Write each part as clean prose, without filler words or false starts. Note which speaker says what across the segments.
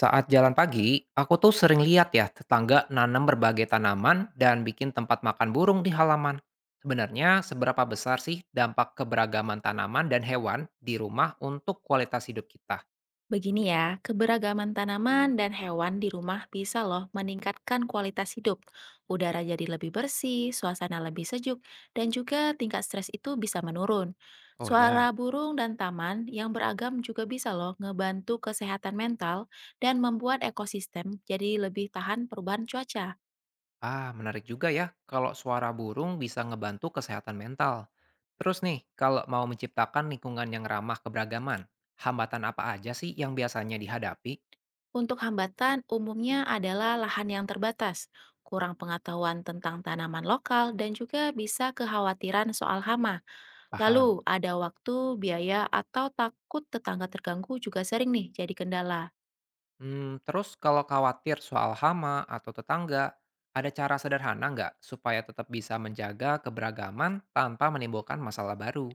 Speaker 1: Saat jalan pagi, aku tuh sering lihat ya tetangga nanam berbagai tanaman dan bikin tempat makan burung di halaman. Sebenarnya seberapa besar sih dampak keberagaman tanaman dan hewan di rumah untuk kualitas hidup kita?
Speaker 2: Begini ya, keberagaman tanaman dan hewan di rumah bisa loh meningkatkan kualitas hidup. Udara jadi lebih bersih, suasana lebih sejuk, dan juga tingkat stres itu bisa menurun.
Speaker 1: Oh ya,
Speaker 2: Suara burung dan taman yang beragam juga bisa loh ngebantu kesehatan mental dan membuat ekosistem jadi lebih tahan perubahan cuaca.
Speaker 1: ah menarik juga ya kalau suara burung bisa ngebantu kesehatan mental. Terus nih, kalau mau menciptakan lingkungan yang ramah keberagaman, hambatan apa aja sih yang biasanya dihadapi?
Speaker 2: Untuk hambatan, umumnya adalah lahan yang terbatas, kurang pengetahuan tentang tanaman lokal, dan juga bisa kekhawatiran soal hama. Lalu,
Speaker 1: Paham.
Speaker 2: ada waktu, biaya, atau takut tetangga terganggu juga sering nih jadi kendala.
Speaker 1: Terus kalau khawatir soal hama atau tetangga, ada cara sederhana nggak supaya tetap bisa menjaga keberagaman tanpa menimbulkan masalah baru?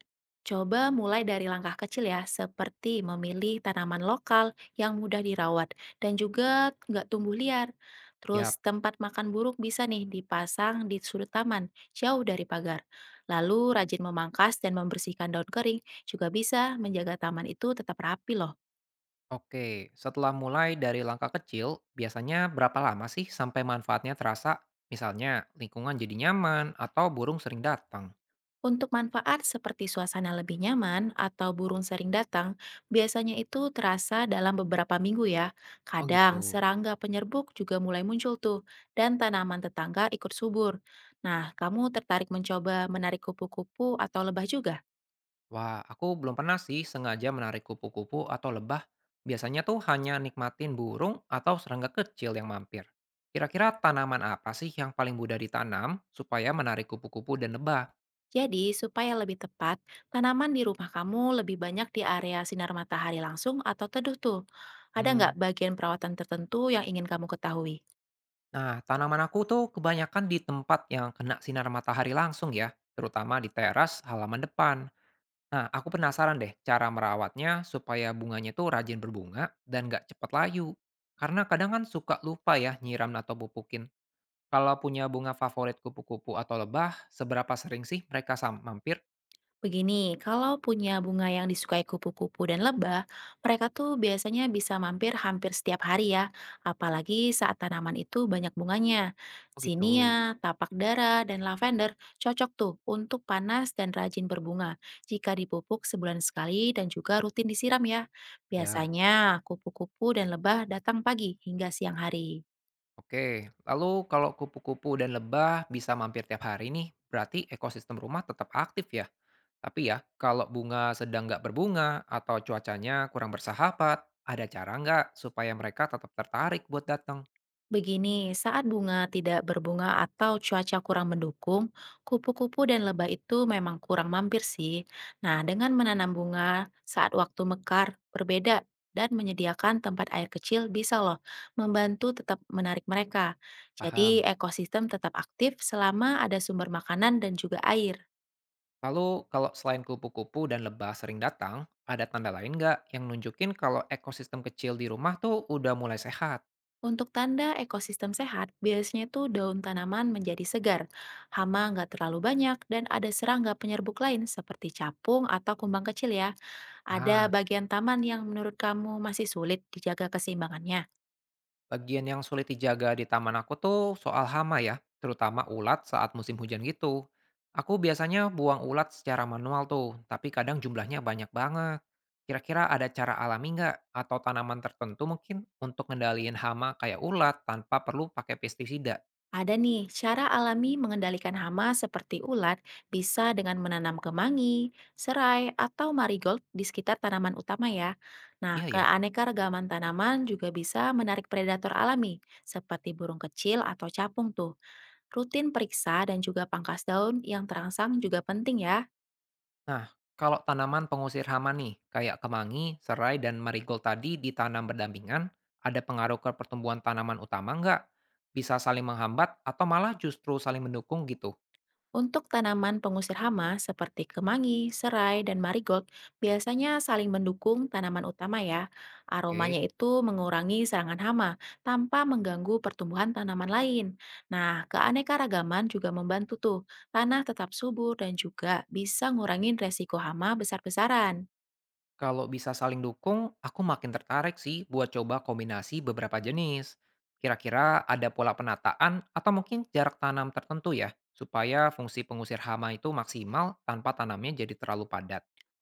Speaker 2: Coba mulai dari langkah kecil ya, seperti memilih tanaman lokal yang mudah dirawat dan juga nggak tumbuh liar. Terus
Speaker 1: Tiap.
Speaker 2: tempat makan buruk bisa nih dipasang di sudut taman, jauh dari pagar. Lalu rajin memangkas dan membersihkan daun kering juga bisa menjaga taman itu tetap rapi loh.
Speaker 1: Oke, setelah mulai dari langkah kecil, biasanya berapa lama sih sampai manfaatnya terasa? Misalnya, lingkungan jadi nyaman atau burung sering datang.
Speaker 2: Untuk manfaat seperti suasana lebih nyaman atau burung sering datang, biasanya itu terasa dalam beberapa minggu ya.
Speaker 1: Oh
Speaker 2: Kadang
Speaker 1: gitu.
Speaker 2: serangga penyerbuk juga mulai muncul tuh, dan tanaman tetangga ikut subur. Nah, kamu tertarik mencoba menarik kupu-kupu atau lebah juga?
Speaker 1: Wah, aku belum pernah sih sengaja menarik kupu-kupu atau lebah. Biasanya tuh hanya nikmatin burung atau serangga kecil yang mampir. Kira-kira tanaman apa sih yang paling mudah ditanam supaya menarik kupu-kupu dan lebah?
Speaker 2: Jadi, supaya lebih tepat, tanaman di rumah kamu lebih banyak di area sinar matahari langsung atau teduh tuh. Ada nggak
Speaker 1: Hmm.
Speaker 2: bagian perawatan tertentu yang ingin kamu ketahui?
Speaker 1: Nah, tanaman aku tuh kebanyakan di tempat yang kena sinar matahari langsung ya, terutama di teras halaman depan. Nah, aku penasaran deh cara merawatnya supaya bunganya tuh rajin berbunga dan nggak cepat layu. Karena kadang kan suka lupa ya nyiram atau pupukin. Kalau punya bunga favorit kupu-kupu atau lebah, seberapa sering sih mereka sam mampir?
Speaker 2: Begini, kalau punya bunga yang disukai kupu-kupu dan lebah, mereka tuh biasanya bisa mampir hampir setiap hari ya, apalagi saat tanaman itu banyak bunganya.
Speaker 1: Oh gitu,
Speaker 2: Sinia, tapak dara, dan lavender cocok tuh untuk panas dan rajin berbunga jika dipupuk sebulan sekali dan juga rutin disiram ya.
Speaker 1: ya.
Speaker 2: Biasanya kupu-kupu dan lebah datang pagi hingga siang hari.
Speaker 1: Oke, lalu kalau kupu-kupu dan lebah bisa mampir tiap hari nih, berarti ekosistem rumah tetap aktif ya. Tapi ya, kalau bunga sedang nggak berbunga atau cuacanya kurang bersahabat, ada cara nggak supaya mereka tetap tertarik buat datang?
Speaker 2: Begini, saat bunga tidak berbunga atau cuaca kurang mendukung, kupu-kupu dan lebah itu memang kurang mampir sih. Nah, dengan menanam bunga saat waktu mekar berbeda dan menyediakan tempat air kecil bisa loh membantu tetap menarik mereka. Jadi,
Speaker 1: Paham.
Speaker 2: ekosistem tetap aktif selama ada sumber makanan dan juga air.
Speaker 1: Lalu kalau selain kupu-kupu dan lebah sering datang, ada tanda lain nggak yang nunjukin kalau ekosistem kecil di rumah tuh udah mulai sehat?
Speaker 2: Untuk tanda ekosistem sehat, biasanya itu daun tanaman menjadi segar, hama nggak terlalu banyak, dan ada serangga penyerbuk lain seperti capung atau kumbang kecil ya. Ada
Speaker 1: Ah,
Speaker 2: bagian taman yang menurut kamu masih sulit dijaga keseimbangannya.
Speaker 1: bagian yang sulit dijaga di taman aku tuh soal hama ya, terutama ulat saat musim hujan gitu. Aku biasanya buang ulat secara manual tuh, tapi kadang jumlahnya banyak banget. Kira-kira ada cara alami nggak atau tanaman tertentu mungkin untuk ngendaliin hama kayak ulat tanpa perlu pakai pestisida?
Speaker 2: Ada nih, cara alami mengendalikan hama seperti ulat bisa dengan menanam kemangi, serai, atau marigold di sekitar tanaman utama ya.
Speaker 1: Iya
Speaker 2: Nah,
Speaker 1: ya.
Speaker 2: keanekaragaman tanaman juga bisa menarik predator alami, seperti burung kecil atau capung tuh. Rutin periksa dan juga pangkas daun yang terangsang juga penting ya.
Speaker 1: Nah, kalau tanaman pengusir hama nih, kayak kemangi, serai, dan marigold tadi ditanam berdampingan, ada pengaruh ke pertumbuhan tanaman utama nggak? Bisa saling menghambat atau malah justru saling mendukung gitu.
Speaker 2: Untuk tanaman pengusir hama seperti kemangi, serai, dan marigold, biasanya saling mendukung tanaman utama ya.
Speaker 1: Oke,
Speaker 2: Aromanya itu mengurangi serangan hama tanpa mengganggu pertumbuhan tanaman lain. Nah, keanekaragaman juga membantu tuh. Tanah tetap subur dan juga bisa ngurangin resiko hama besar-besaran.
Speaker 1: kalau bisa saling dukung, aku makin tertarik sih buat coba kombinasi beberapa jenis. Kira-kira ada pola penataan atau mungkin jarak tanam tertentu ya, supaya fungsi pengusir hama itu maksimal tanpa tanamnya jadi terlalu padat.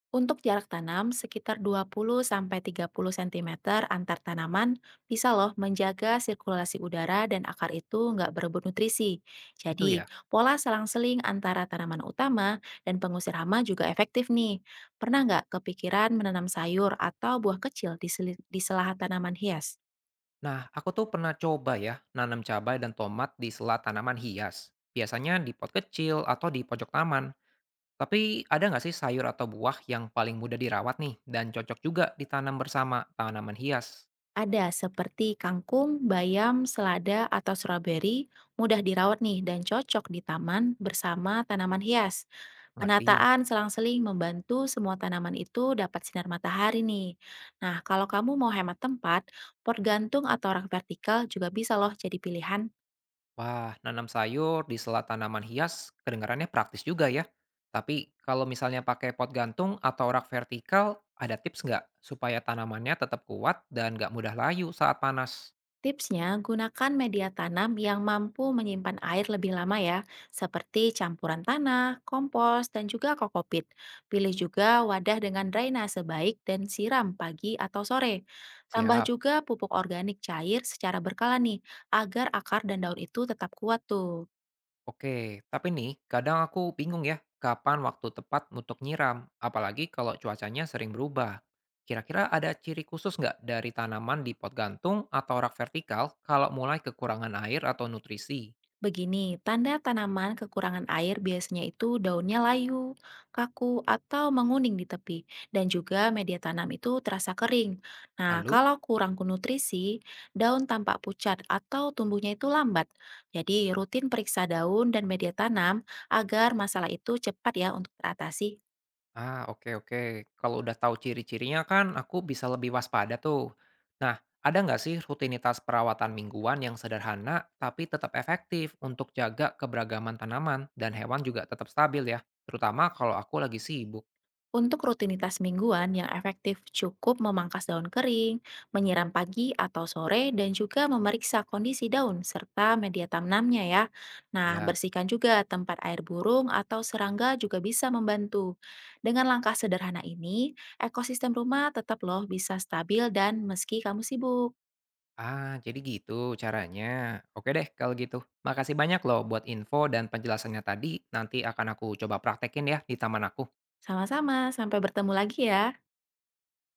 Speaker 2: Untuk jarak tanam sekitar 20-30 cm antar tanaman bisa loh menjaga sirkulasi udara dan akar itu nggak berebut nutrisi.
Speaker 1: Gitu
Speaker 2: Jadi,
Speaker 1: ya.
Speaker 2: pola selang-seling antara tanaman utama dan pengusir hama juga efektif nih. Pernah nggak kepikiran menanam sayur atau buah kecil di, di sela tanaman hias?
Speaker 1: Nah, aku tuh pernah coba ya nanam cabai dan tomat di sela tanaman hias. Biasanya di pot kecil atau di pojok taman. Tapi ada nggak sih sayur atau buah yang paling mudah dirawat nih dan cocok juga ditanam bersama tanaman hias?
Speaker 2: Ada seperti kangkung, bayam, selada, atau strawberry, mudah dirawat nih dan cocok di taman bersama tanaman hias.
Speaker 1: Ngerti?
Speaker 2: Penataan selang-seling membantu semua tanaman itu dapat sinar matahari nih. Nah, kalau kamu mau hemat tempat, pot gantung atau rak vertikal juga bisa loh jadi pilihan.
Speaker 1: Wah, nanam sayur di sela tanaman hias kedengarannya praktis juga ya. Tapi kalau misalnya pakai pot gantung atau rak vertikal, ada tips nggak supaya tanamannya tetap kuat dan nggak mudah layu saat panas?
Speaker 2: Tipsnya, gunakan media tanam yang mampu menyimpan air lebih lama ya, seperti campuran tanah, kompos, dan juga kokopit. Pilih juga wadah dengan drainase baik dan siram pagi atau sore. Tambah
Speaker 1: Siap.
Speaker 2: juga pupuk organik cair secara berkala nih, agar akar dan daun itu tetap kuat tuh.
Speaker 1: Oke, tapi nih kadang aku bingung ya kapan waktu tepat untuk nyiram, apalagi kalau cuacanya sering berubah. Kira-kira ada ciri khusus nggak dari tanaman di pot gantung atau rak vertikal kalau mulai kekurangan air atau nutrisi?
Speaker 2: Begini, tanda tanaman kekurangan air biasanya itu daunnya layu, kaku, atau menguning di tepi, dan juga media tanam itu terasa kering. Nah,
Speaker 1: Lalu?
Speaker 2: kalau kurang nutrisi, daun tampak pucat atau tumbuhnya itu lambat. Jadi, rutin periksa daun dan media tanam agar masalah itu cepat ya untuk teratasi.
Speaker 1: Ah, oke oke. Kalau udah tahu ciri-cirinya kan aku bisa lebih waspada tuh. Nah, ada nggak sih rutinitas perawatan mingguan yang sederhana tapi tetap efektif untuk jaga keberagaman tanaman dan hewan juga tetap stabil ya, terutama kalau aku lagi sibuk.
Speaker 2: Untuk rutinitas mingguan yang efektif cukup memangkas daun kering, menyiram pagi atau sore, dan juga memeriksa kondisi daun serta media tanamnya ya. Nah,
Speaker 1: Ya,
Speaker 2: bersihkan juga tempat air burung atau serangga juga bisa membantu. Dengan langkah sederhana ini, ekosistem rumah tetap loh bisa stabil dan meski kamu sibuk.
Speaker 1: ah jadi gitu caranya. Oke deh kalau gitu. Makasih banyak loh buat info dan penjelasannya tadi. Nanti akan aku coba praktekin ya di taman aku.
Speaker 2: Sama-sama, sampai bertemu lagi ya.